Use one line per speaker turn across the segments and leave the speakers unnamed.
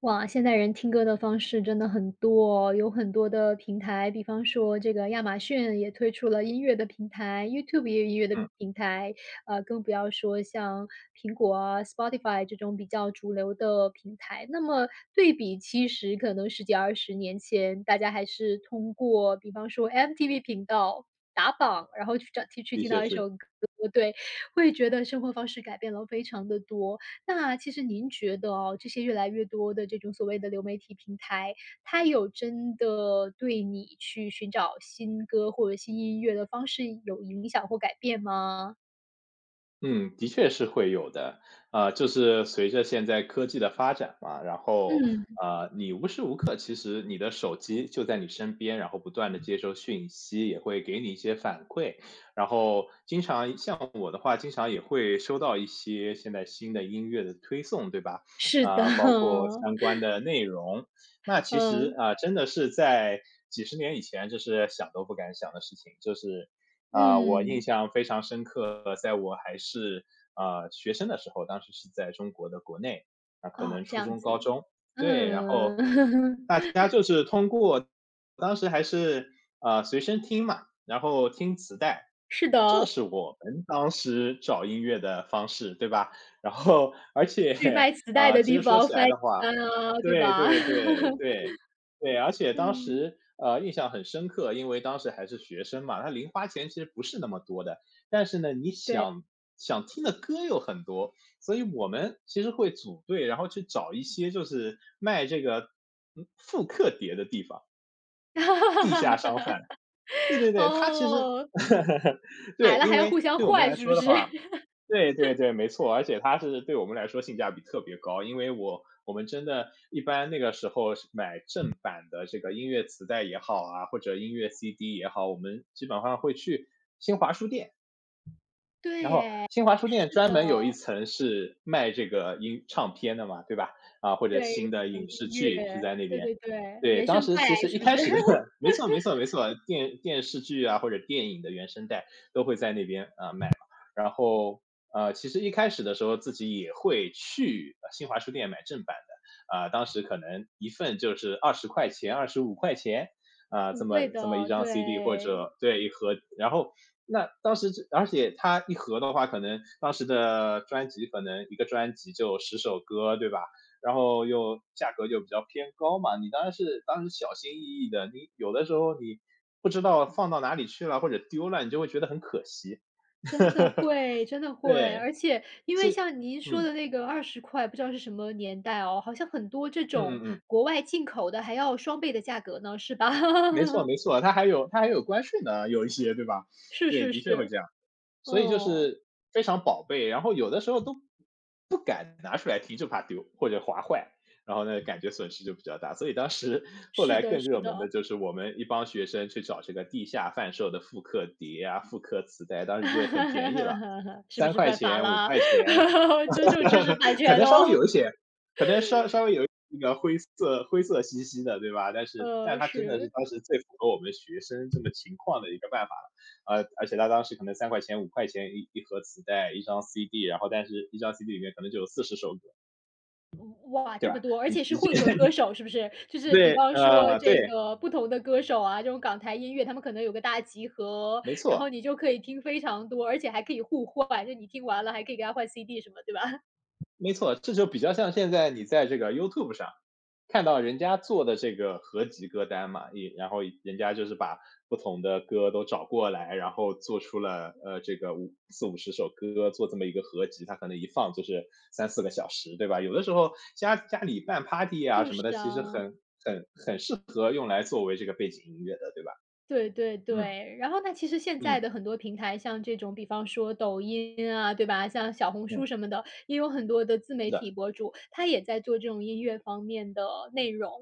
哇，现在人听歌的方式真的很多哦有很多的平台，比方说这个亚马逊也推出了音乐的平台，YouTube 也有音乐的
嗯，
平台，更不要说像苹果啊、Spotify 这种比较主流的平台。那么对比其实可能十几二十年前，大家还是通过比方说 MTV 频道打榜，然后去找去去
的
听
确
到一
是，
首歌，对，会觉得生活方式改变了非常的多。那其实您觉得哦，这些越来越多的这种所谓的流媒体平台，它有真的对你去寻找新歌或者新音乐的方式有影响或改变吗？
嗯，的确是会有的。就是随着现在科技的发展嘛，然后
嗯，
你无时无刻其实你的手机就在你身边，然后不断的接收讯息，也会给你一些反馈。然后经常像我的话，经常也会收到一些现在新的音乐的推送，对吧？
是的，
包括相 关的内容。那其实
嗯，
真的是在几十年以前，这是想都不敢想的事情，就是啊，我印
嗯，
象非常深刻。在我还是学生的时候，当时是在中国的国内，啊，可
哦，
能
这
初
样
中、高
子，
中。对，然后
嗯，
大 家就是通过当时还是随身听嘛，然后听磁带，
是的
这
哦，
是我们当时找音乐的方式，对吧？然后而
去
且
卖磁带的
其
地
实说
方
起来
翻一
的话，
翻啊，对
对
吧？
对对 对，对，而且当
嗯，
时，印象很深刻，因为当时还是学生嘛，他零花钱其实不是那么多的，但是呢，你
对，
想想听的歌又很多，所以我们其实会组队，然后去找一些就是卖这个，复刻碟的地方，地下商贩。对对 对，他其实
哦，买
对，
了
因
还要
为
互相
对我们
换
来
是不
说的
是？
话 对对对，没错，而且它是对我们来说性价比特别高，因为我们真的一般那个时候是买正版的这个音乐磁带也好啊，或者音乐 CD 也好，我们基本上会去新华书店。
对
然后
耶，
新华书店
是
专
的，
门有一层是卖这个音唱片的嘛，对吧？啊，或者
对，
新的
有
影视
音乐，
剧是在那
对
边。
对对，
对，
原
当
声
时
带
其实一
是不
开
是？
始的 没错没错没错，电视剧啊或者电影的原声带都会在那边啊卖嘛。然后其实一开始的时候自己也会去新华书店买正版的，当时可能一份就是20块钱、25块钱，
很
这么
贵的
这么一
哦，
张 CD 或
对，
者对一盒。然后那当时而且它一盒的话，可能当时的专辑可能一个专辑就十首歌，对吧？然后又价格就比较偏高嘛，你当然是当时小心翼翼的，你有的时候你不知道放到哪里去了或者丢了，你就会觉得很可惜。
真的 会，真的会。
对，
而且因
所
为
以
像您说
嗯
的那个二十块，不知道是什么年代哦，好像很多这
嗯
种
嗯嗯
国外进口的还要双倍的价格呢，是吧？
没错 没错，它还有关税呢，有一些，对吧？
是
对，
是
的确会
是，
这样。所以就
哦，
是非常宝贝，然后有的时候都不敢拿出来听，就怕丢或者划坏，然后呢，感觉损失就比较大。所以当时后
是
来
的
更热
是
门的
的。
就是我们一帮学生去找这个地下贩售的复刻碟啊、复刻磁带，当时就很便宜了，
是不
三
是
块
犯法
钱、五
啦？
块钱。
尊重知识产
可
权
能稍微
哦，
有一些，可能稍微有那个灰色兮兮的，对吧？但 是，但是它真的是
是。
当时最符合我们学生这么情况的一个办法了。而且它当时可能三块钱、五块钱一盒磁带，一张 CD，然后但是一张 CD 里面可能就有40首歌，
哇，
对
这么
吧？
多，而
你
且
直
是
接
混合 歌
你
手是不是？就是比
对，
方说这
对，
个不同的歌手啊，这种港台音乐，他们可能有个大集合，
没
然后
错。
你就可以听非常多，而且还可以互换，就你听完了还可以给他换 CD 什么，对吧？
没错，这就比较像现在你在这个 YouTube 上看到人家做的这个合集歌单嘛，也然后人家就是把不同的歌都找过来，然后做出了这个50首歌做这么一个合集，它可能一放就是三四个小时，对吧？有的时候家里办 party 啊
就
什么
是
的，其实
啊。
很适合用来作为这个背景音乐的，对吧？
对对
嗯
对，然后那其实现
嗯
在的很多平台，像这种比方说抖音啊，对吧？像小红
嗯，
书什么的，也有很多的自
是
媒
的，
体博主，他也在做这种音乐方面的内容。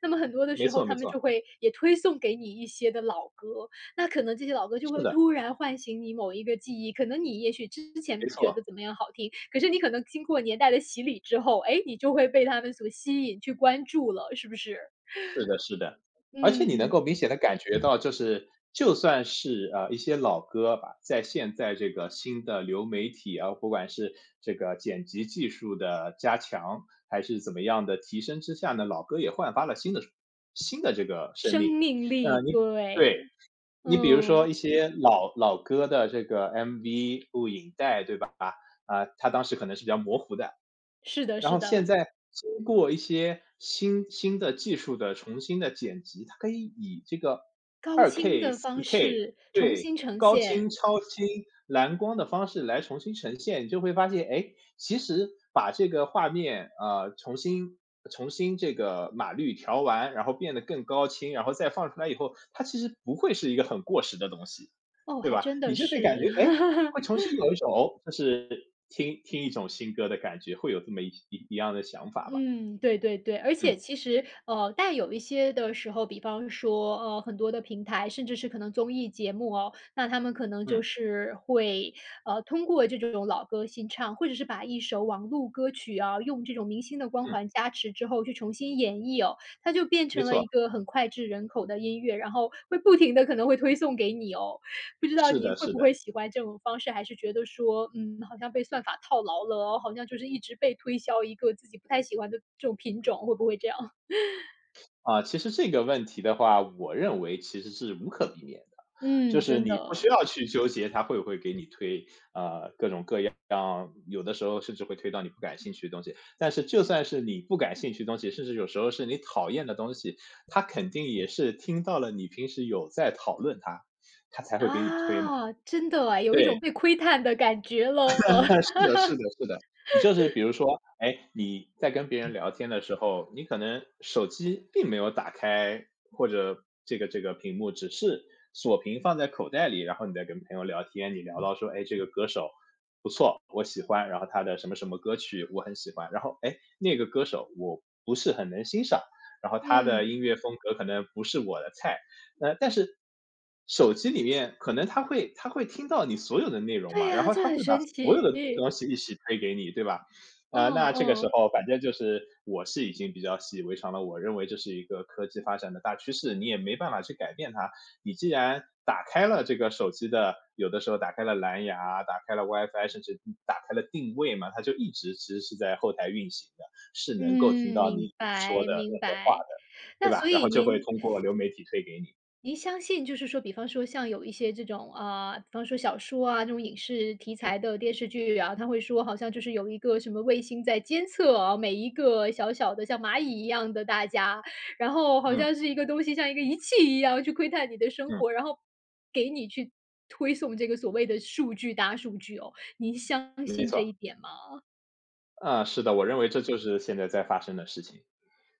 那么很多的
没
时候，
错
他
没
们就
错，
会也推送给你一些的老歌，那可能这些老歌就
是
会
的，
突然唤醒你某一个记忆。可能你也许之前
没
不觉得
错。
怎么样好听，可是你可能经过年代的洗礼之后，哎，你就会被他们所吸引，去关注了，是不是？
是的，是的，而且你能
嗯，
够明显的感觉到，就是就算是，一些老歌吧，在现在这个新的流媒体啊，不管是这个剪辑技术的加强，还是怎么样的提升之下呢，老歌也焕发了新的这个生
生
命。
命力，
你对，
对。
你比如说
嗯，
一些老歌的这个 MV、录影带，对吧？啊，它当时可能是比较模糊的，
是的
然
是
后现
的，
在经过一些新的技术的重新的剪辑，它可以以这个
高
二
清
k
的
四
方
k
式重
对，
新呈
高清、
现，
超清、蓝光的方式来重新呈现。你就会发现，哎，其实把这个画面，重新这个码率调完，然后变得更高清，然后再放出来以后，它其实不会是一个很过时的东西，
哦，
对
还
吧？
真
你
的
就会
是。
感觉，哎，会重新有一种哦就是听一种新歌的感觉，会有这么一样的想法吧。
嗯，对对对，而
嗯
且其实，但有一些的时候，比方说，很多的平台，甚至是可能综艺节目哦，那他们可能就
嗯
是会，通过这种老歌新唱，或者是把一首网络歌曲啊，用这种明星的光
嗯，
环加持之后去重新演绎哦，它就变
没
成了
错，
一个很脍炙人口的音乐，然后会不停的可能会推送给你哦。不知道
是
您
的，
会
是
不
的。
会喜欢这种方式，还是觉得说，嗯，好像被算法套牢了，哦好像就是一直被推销一个自己不太喜欢的这种品种，会不会这样？
啊，其实这个问题的话，我认为其实是无可避免的，就
嗯，
是
真
你不
的。
需要去纠结它会不会给你推，让有的时候甚至会推到你不感兴趣的东西。但是就算是你不感兴趣的东西，甚至有时候是你讨厌的东西，它肯定也是听到了你平时有在讨论它，它才会给你推嘛。
啊，真的哎，有一种
对，
被窥探的感觉 了。
是 的是的是的。你就是比如说，哎，你在跟别人聊天的时候，你可能手机并没有打开，或者这个屏幕只是锁屏放在口袋里，然后你在跟朋友聊天，你聊到说，哎，这个歌手哦我喜欢，然后他的什么什么歌曲我很喜欢，然后哎，那个歌手我不是很能欣赏，然后他的
嗯。
音乐风格可能不是我的菜，但是手机里面可能他会听到你所有的内容
对
嘛，然
呀，
后
这
他
很
会把
神
所有的
奇。
东西一起推给你，对吧？
嗯
那这个时
嗯，
候反正就是我是已经比较习以为常了，我认为这是一个科技发展的大趋势，你也没办法去改变它。你既然打开了这个手机的，有的时候打开了蓝牙，打开了 WiFi，甚至打开了定位嘛，它就一直其实是在后台运行的，是能够听
嗯，
到你
明
说
白
的
明
任何话
白。
的，对
那
吧？
所
然
以
后就会
您
通过流媒体推给你。
您相信就是说，比方说像有一些这种啊、比方说小说啊，这种影视题材的电视剧啊，他会说好像就是有一个什么卫星在监测啊，每一个小小的像蚂蚁一样的大家，然后好
嗯
像是一个东西，像一个仪器一样去窥探你的生
嗯，
活，然后给你去推送这个所谓的大数据哦。您相
没
信这一
错。
点吗？
啊，是的，我认为这就是现在在发生的事情。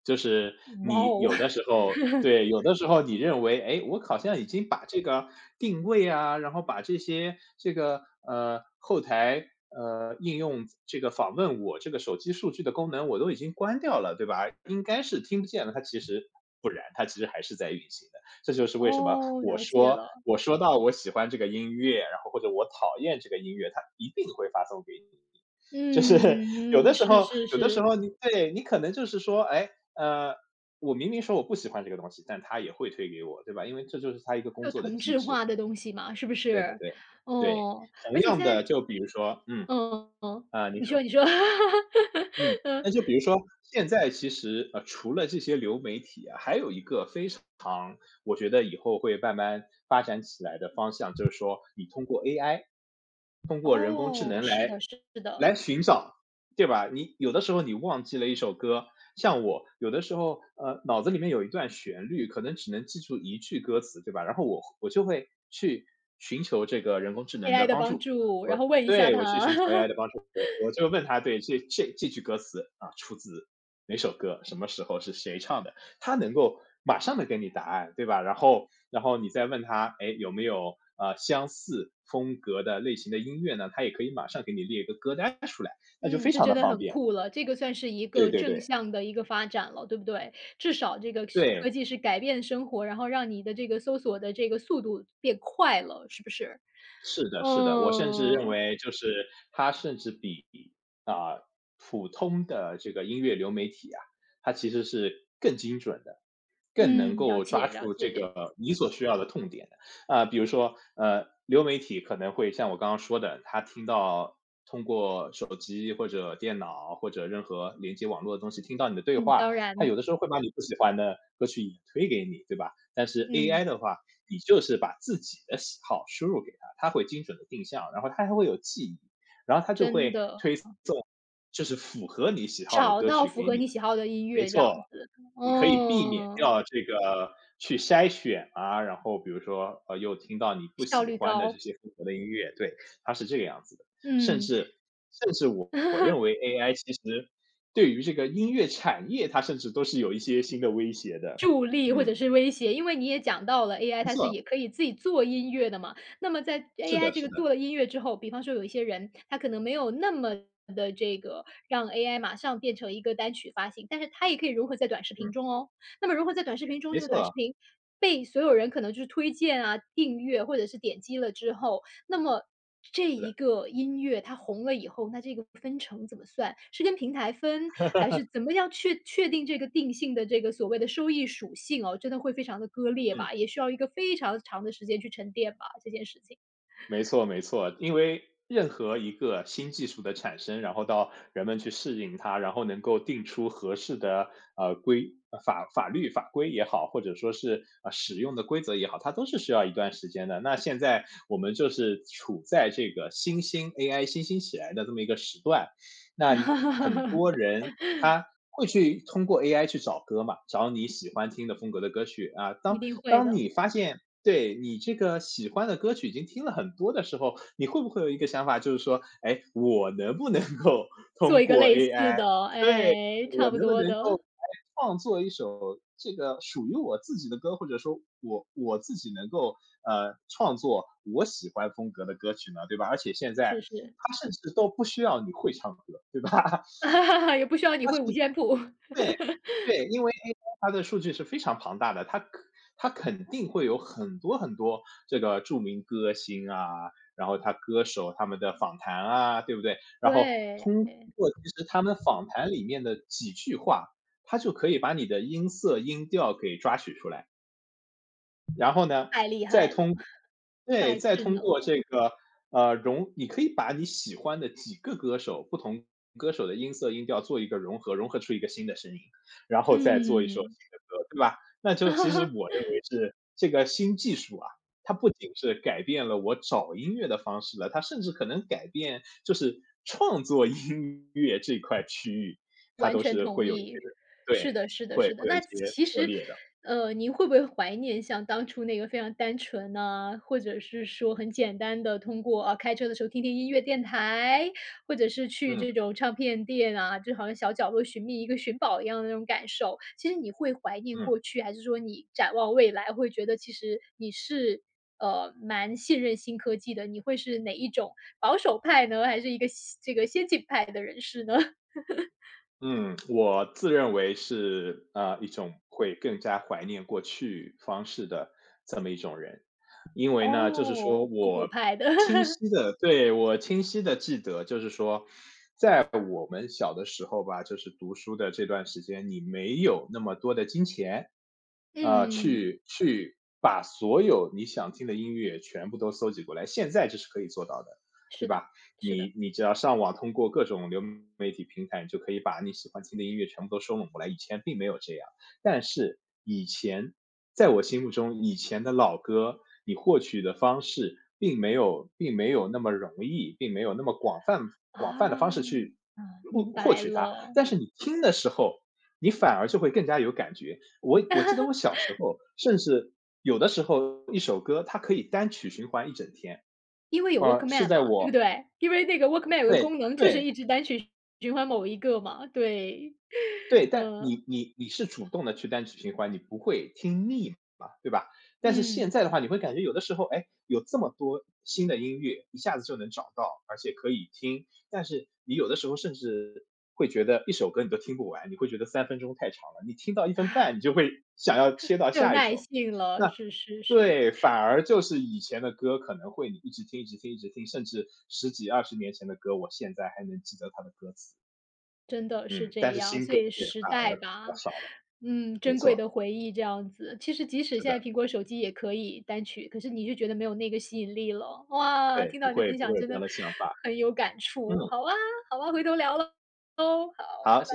就是
哇
你
哦，
有的时候对，有的时候你认为，哎，我好像已经把这个定位啊，然后把这些这个，后台，应用这个访问我这个手机数据的功能我都已经关掉了，对吧？应该是听不见了，它其实不然，它其实还是在运行的。这就是为什么
哦，
我
了解
说
了，
我说到我喜欢这个音乐，然后或者我讨厌这个音乐，它一定会发送给你。就是有
嗯
的
嗯，
时
是
候
是
有的时
是。
候你对，你可能就是说，哎，呃，我明明说我不喜欢这个东西，但他也会推给我，对吧？因为这就是他一个工
就
作的
同
机
质
制。
化的东西嘛，是不
对对
是？
对，对。
哦，
同
而且
样
现
的，
在
就比如说，嗯，
嗯嗯，
啊，你
你
说。
说你说。
嗯，那就比如说现在其实，除了这些流媒体啊，还有一个非常我觉得以后会慢慢发展起来的方向，就是说你通过 AI，通过人工智
哦，
能
是
来
的是的
来寻找，对吧？你有的时候你忘记了一首歌，像我有的时候，脑子里面有一段旋律，可能只能记住一句歌词，对吧？然后我就会去寻求这个人工智能的
，AI 的
帮
帮
助，
助，然
我
后问一下
对，
哈，
我去寻求 AI 的 帮助。我就问他对这句歌词啊出自哪首歌，什么时候是谁唱的，他能够马上的给你答案，对吧？然后你再问他，哎，有没有相似风格的类型的音乐呢？他也可以马上给你列一个歌单出来，那就
嗯，
非
这
常的
真的
方
很
便。
酷了，这个算是一
对
个
对对，
正向的一个发展了，对不对？至少这个是
对，
科技是改变生活，然后让你的这个搜索的这个速度变快了，是不是？
是的，是的，我甚至认
嗯，
为就是它甚至比啊、普通的这个音乐流媒体啊，它其实是更精准的，更能
嗯，了
够抓
解了
住这
解，
个你所需要的痛点的。比如说流媒体可能会像我刚刚说的，他听到通过手机或者电脑或者任何连接网络的东西听到你的对
嗯，
话，
当
他
然，
有的时候会把你不喜欢的歌曲也推给你，对吧？但是
嗯，
AI 的话，你就是把自己的喜好输入给他，他会精准的定向，然后他还会有记忆，然后他就
真
会
的。
推送就是符合你喜好的
找
歌
到
曲
符
给
合
你。
你喜好的音
没
乐这
错，
样子，
你可以避免
哦，
掉这个去筛选啊，然后比如说又听到你不
效
喜
率
欢的这
高，
些风格的音乐，对，它是这个样子的。甚
嗯，
至甚至我认为 AI 其实对于这个音乐产业，它甚至都是有一些新的威胁的。
助力或
嗯，
者是威胁，因为你也讲到了 AI
没
它是
错，
也可以自己做音乐的嘛，那么在
是
AI
的，
这
是
个
的，
做了音乐之后，比方说有一些人，他可能没有那么的这个让 AI 马上变成一个单曲发行，但是它也可以融合在短视频
嗯。
中哦。那么融合在短视频中，
没
那个短视
错，
频被所有人可能就是推荐啊、订阅或者是点击了之后，那么这
是
一
的，
个音乐它红了以后，那这个分成怎么算？是跟平台分，还是怎么样确定这个定性的这个所谓的收益属性哦，真的会非常的割裂
嗯，
吧，也需要一个非常长的时间去沉淀吧，这件事情。
没错没错。因为任何一个新技术的产生，然后到人们去适应它，然后能够定出合适的，呃，规呃法法律法规也好，或者说是，使用的规则也好，它都是需要一段时间的。那现在我们就是处在这个新兴 AI 新兴起来的这么一个时段，那很多 人他会去通过 AI 去找歌嘛，找你喜欢听的风格的歌曲啊。
一
当
定会
当
的，
你发现对你这个喜欢的歌曲已经听了很多的时候，你会不会有一个想法，就是说，哎，我能不能够
做
通
一个
过
类似
AI，
的，
对，
哎，
我
差不
能不
多
能够
的，
来创作一首这个属于我自己的歌，或者说我自己能够创作我喜欢风格的歌曲呢，对吧？而且现在
是是，
它甚至都不需要你会唱歌，对吧？
也不需要你会五线谱。
对，对，因为 AI 它的数据是非常庞大的，它肯定会有很多很多这个著名歌星啊，然后他歌手他们的访谈啊，对不对？然后
对，
通过其实他们访谈里面的几句话，它就可以把你的音色、音调给抓取出来。然后呢，
太厉
再
害了，
通对，
太
再
智
通
能
过
了，
这个，你可以把你喜欢的几个歌手，不同歌手的音色、音调做一个融合，融合出一个新的声音，然后再做一首
嗯。
新的歌，对吧？那就其实 我认为是这个新技术啊，它不仅是改变了我找音乐的方式了，它甚至可能改变就是创作音乐这块区域，它都是会有一些对，
是的是的
会
是的。
会有一
那
些
其
涉
实，
猎的，
您会不会怀念像当初那个非常单纯呢，或者是说很简单的通过，啊，开车的时候听听音乐电台，或者是去
嗯，
这种唱片店啊，就好像小角落寻觅一个寻宝一样的那种感受。其实你会怀念
嗯。
过去，还是说你展望未来，会觉得其实你是，蛮信任新科技的，你会是哪一种保守派呢？还是一个这个先进派的人士呢？
嗯，我自认为是一种会更加怀念过去方式的这么一种人，因为呢，就是说
哦，复古派的。
我清晰的记得，就是说，在我们小的时候吧，就是读书的这段时间，你没有那么多的金钱，啊，
嗯，
去把所有你想听的音乐全部都搜集过来，现在这是可以做到的，对
是的，
吧？
是的。
你只要上网，通过各种流媒体平台，你就可以把你喜欢听的音乐全部都收拢过来，以前并没有这样。但是以前在我心目中，以前的老歌，你获取的方式并没有那么容易，并没有那么广泛的
啊，
方式去获
明
获
白
取它。
了。
但是你听的时候，你反而就会更加有感觉。我记得我 小时候，甚至有的时候一首歌它可以单曲循环一整天。
因为有
呃，是
Walkman
在
嘛，对不
我
对？因为那个 Walkman 有个
对
功能就是
对。
一直单曲循环某一个嘛，对。
对，但
呃，
你是主动的去单曲循环，你不会听腻嘛，对吧？但是现
嗯，
在的话，你会感觉有的时候，哎，有这么多新的音乐，一下子就能找到，而且可以听。但是你有的时候甚至会觉得一首歌你都听不完，你会觉得3分钟太长了，你听到1分半 你就会 想要切到
没有
下一
耐
首。
性了，
那
是是是。
对，反而就是以前的歌可能会你一直听一直听一直听，甚至十几20年前的歌，我现在还能记得它的歌词。
真的是
嗯，但
这
是
样，
新
所
歌
以
也
时
反
代
而比
吧，
较少了，
嗯，
没
珍贵的
错，
回忆这样子。其实即使
是
现
的，
在苹果手机也可以单曲，可是你就觉得没有那个吸引力了。哇，
对，
听
不
到你的
会
分
不
享
会有
真
这样
的
的想法。
很有感
嗯，
触。好啊，好啊，回头聊喽。好，
好，
拜
谢谢。
拜。